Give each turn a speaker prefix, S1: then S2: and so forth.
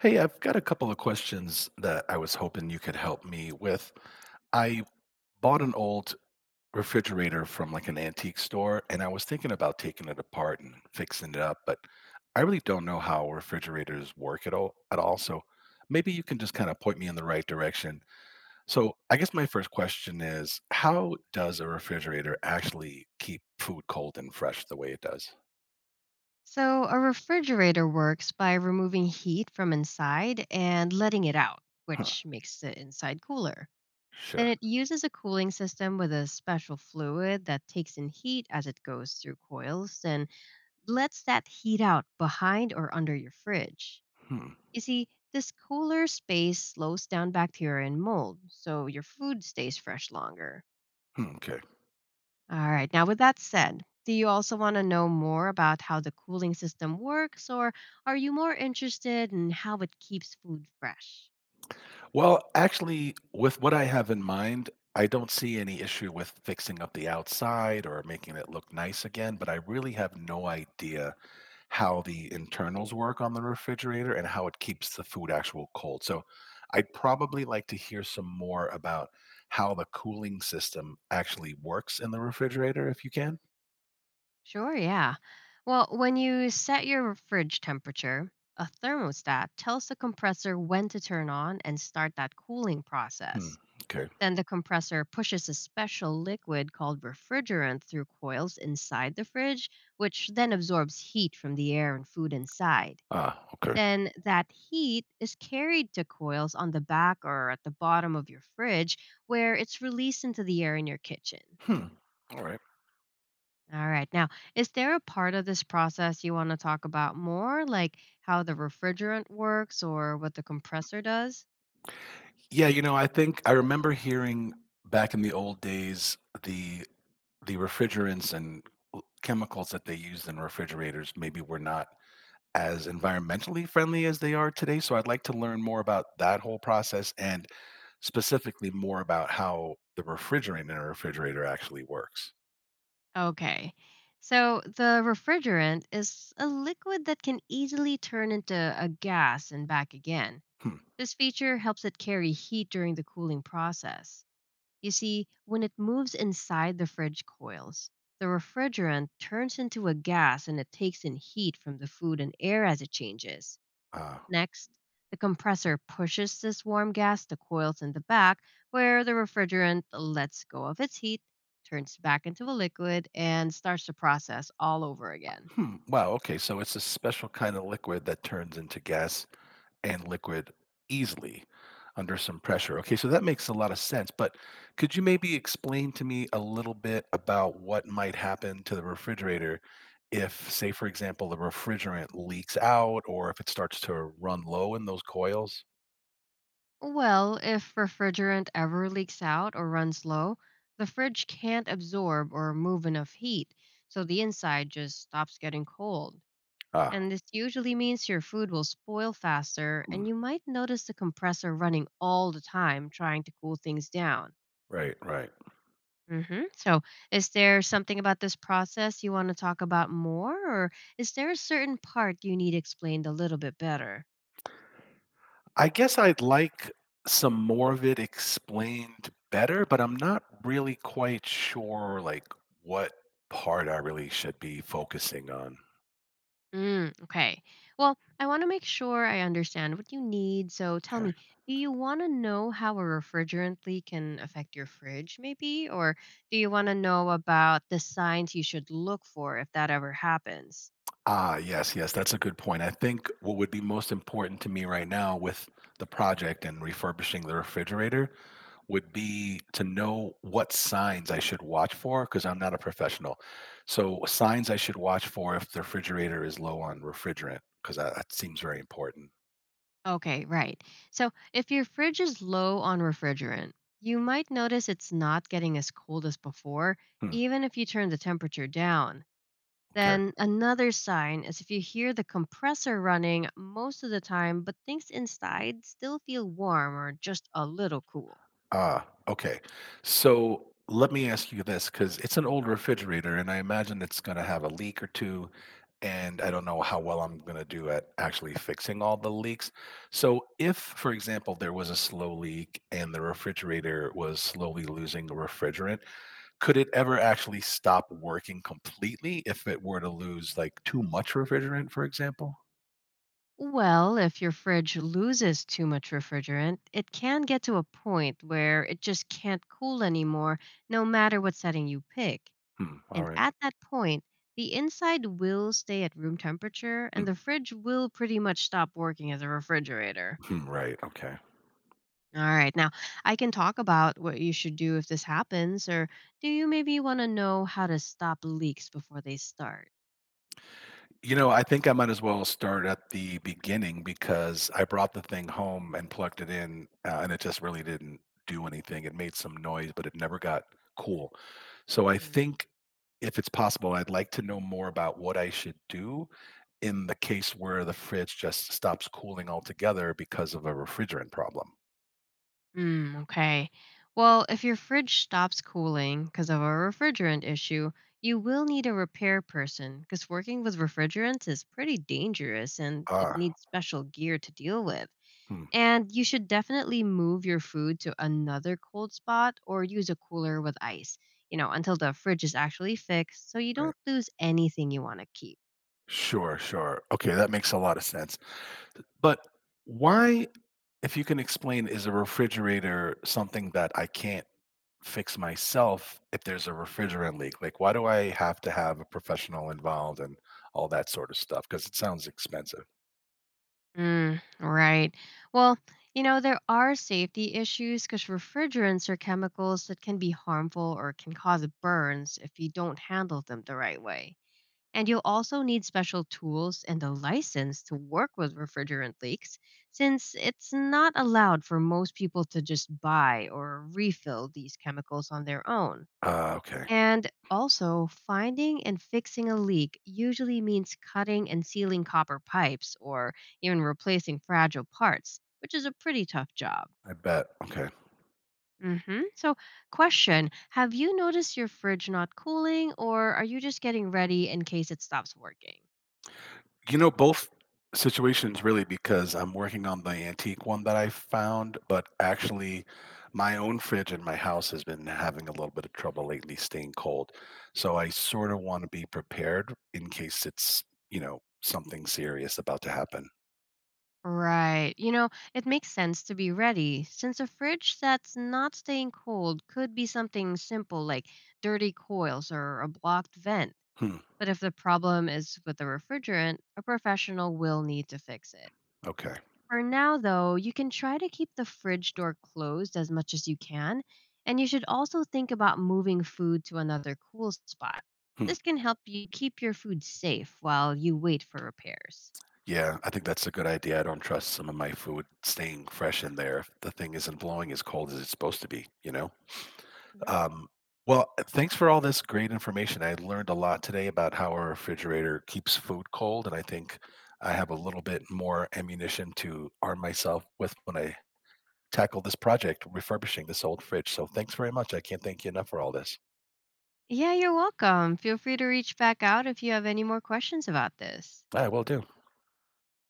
S1: Hey, I've got a couple of questions that I was hoping you could help me with. I bought an old refrigerator from like an antique store, and I was thinking about taking it apart and fixing it up, but I really don't know how refrigerators work at all. So maybe you can just kind of point me in the right direction. So I guess my first question is, how does a refrigerator actually keep food cold and fresh the way it does?
S2: So, a refrigerator works by removing heat from inside and letting it out,
S1: Huh.
S2: which makes the inside cooler. Then
S1: Sure.
S2: it uses a cooling system with a special fluid that takes in heat as it goes through coils and lets that heat out behind or under your fridge.
S1: Hmm.
S2: You see, this cooler space slows down bacteria and mold, so your food stays fresh longer.
S1: Hmm, okay.
S2: All right. Now, with that said, do you also want to know more about how the cooling system works, or are you more interested in how it keeps food fresh?
S1: Well, actually, with what I have in mind, I don't see any issue with fixing up the outside or making it look nice again, but I really have no idea how the internals work on the refrigerator and how it keeps the food actual cold. So I'd probably like to hear some more about how the cooling system actually works in the refrigerator if you can.
S2: Sure, yeah. Well, when you set your fridge temperature, a thermostat tells the compressor when to turn on and start that cooling
S1: Hmm.
S2: process.
S1: Okay.
S2: Then the compressor pushes a special liquid called refrigerant through coils inside the fridge, which then absorbs heat from the air and food inside.
S1: Ah, okay.
S2: Then that heat is carried to coils on the back or at the bottom of your fridge where it's released into the air in your kitchen.
S1: Hmm. All right.
S2: All right. Now, is there a part of this process you want to talk about more, like how the refrigerant works or what the compressor does?
S1: Yeah, I think I remember hearing back in the old days the refrigerants and chemicals that they used in refrigerators maybe were not as environmentally friendly as they are today. So I'd like to learn more about that whole process and specifically more about how the refrigerant in a refrigerator actually works.
S2: Okay. So, the refrigerant is a liquid that can easily turn into a gas and back again.
S1: Hmm.
S2: This feature helps it carry heat during the cooling process. You see, when it moves inside the fridge coils, the refrigerant turns into a gas and it takes in heat from the food and air as it changes.
S1: Uh,
S2: Next, the compressor pushes this warm gas to coils in the back, where the refrigerant lets go of its heat, turns back into a liquid, and starts the process all over again.
S1: hmm. Wow. Okay. So it's a special kind of liquid that turns into gas and liquid easily under some pressure. Okay, so that makes a lot of sense. But could you maybe explain to me a little bit about what might happen to the refrigerator if, say, for example, the refrigerant leaks out or if it starts to run low in those coils?
S2: Well, if refrigerant ever leaks out or runs low, the fridge can't absorb or move enough heat, so the inside just stops getting cold.
S1: Ah,
S2: And this usually means your food will spoil faster,
S1: hmm,
S2: and you might notice the compressor running all the time trying to cool things down.
S1: right, right.
S2: So, is there something about this process you want to talk about more, or is there a certain part you need explained a little bit better?
S1: I guess I'd like some more of it explained better, but I'm not really quite sure like what part I really should be focusing on.
S2: Okay. Well, I want to make sure I understand what you need. So tell
S1: Okay.
S2: me, do you want to know how a refrigerant leak can affect your fridge, maybe? Or do you want to know about the signs you should look for if that ever happens?
S1: Ah, yes, yes, that's a good point. I think what would be most important to me right now with the project and refurbishing the refrigerator would be to know what signs I should watch for because I'm not a professional. So, signs I should watch for if the refrigerator is low on refrigerant because that seems very important.
S2: Okay, right. So if your fridge is low on refrigerant, you might notice it's not getting as cold as before,
S1: Hmm,
S2: even if you turn the temperature down.
S1: okay.
S2: Then another sign is if you hear the compressor running most of the time, but things inside still feel warm or just a little cool.
S1: Ah, okay. So let me ask you this, because it's an old refrigerator, and I imagine it's going to have a leak or two. And I don't know how well I'm going to do at actually fixing all the leaks. So, if, for example, there was a slow leak and the refrigerator was slowly losing the refrigerant, could it ever actually stop working completely if it were to lose like too much refrigerant, for example?
S2: Well, if your fridge loses too much refrigerant, it can get to a point where it just can't cool anymore, no matter what setting you pick.
S1: Hmm. All
S2: And
S1: right.
S2: at that point, the inside will stay at room temperature
S1: Hmm.
S2: and the fridge will pretty much stop working as a refrigerator.
S1: Hmm, right. Okay.
S2: All right. Now, I can talk about what you should do if this happens, or do you maybe want to know how to stop leaks before they start?
S1: You know, I think I might as well start at the beginning because I brought the thing home and plugged it in, and it just really didn't do anything. It made some noise, but it never got cool. So I
S2: Hmm.
S1: think if it's possible, I'd like to know more about what I should do in the case where the fridge just stops cooling altogether because of a refrigerant problem.
S2: Okay. Well, if your fridge stops cooling because of a refrigerant issue, you will need a repair person because working with refrigerants is pretty dangerous and it
S1: Ah,
S2: needs special gear to deal with.
S1: hmm,
S2: And you should definitely move your food to another cold spot or use a cooler with ice, you know, until the fridge is actually fixed so you
S1: right.
S2: don't lose anything you want to keep.
S1: Sure, sure. Okay, that makes a lot of sense. But why if you can explain, is a refrigerator something that I can't fix myself if there's a refrigerant leak? Like, why do I have to have a professional involved and all that sort of stuff? Because it sounds expensive.
S2: Right. Well, you know, there are safety issues because refrigerants are chemicals that can be harmful or can cause burns if you don't handle them the right way. And you'll also need special tools and a license to work with refrigerant leaks, since it's not allowed for most people to just buy or refill these chemicals on their own.
S1: Okay,
S2: And also, finding and fixing a leak usually means cutting and sealing copper pipes or even replacing fragile parts, which is a pretty tough job.
S1: I bet. Okay.
S2: So, question. Have you noticed your fridge not cooling, or are you just getting ready in case it stops working?
S1: You know, both situations really because I'm working on the antique one that I found, but actually my own fridge in my house has been having a little bit of trouble lately staying cold. So I sort of want to be prepared in case it's something serious about to happen.
S2: Right. You know, it makes sense to be ready, since a fridge that's not staying cold could be something simple like dirty coils or a blocked vent.
S1: Hmm.
S2: But if the problem is with the refrigerant, a professional will need to fix it.
S1: Okay.
S2: For now, though, you can try to keep the fridge door closed as much as you can, and you should also think about moving food to another cool spot.
S1: Hmm.
S2: This can help you keep your food safe while you wait for repairs.
S1: Yeah, I think that's a good idea. I don't trust some of my food staying fresh in there if the thing isn't blowing as cold as it's supposed to be, you know? Um, well, thanks for all this great information. I learned a lot today about how a refrigerator keeps food cold, and I think I have a little bit more ammunition to arm myself with when I tackle this project, refurbishing this old fridge. So thanks very much. I can't thank you enough for all this.
S2: Yeah, you're welcome. Feel free to reach back out if you have any more questions about this.
S1: I will do.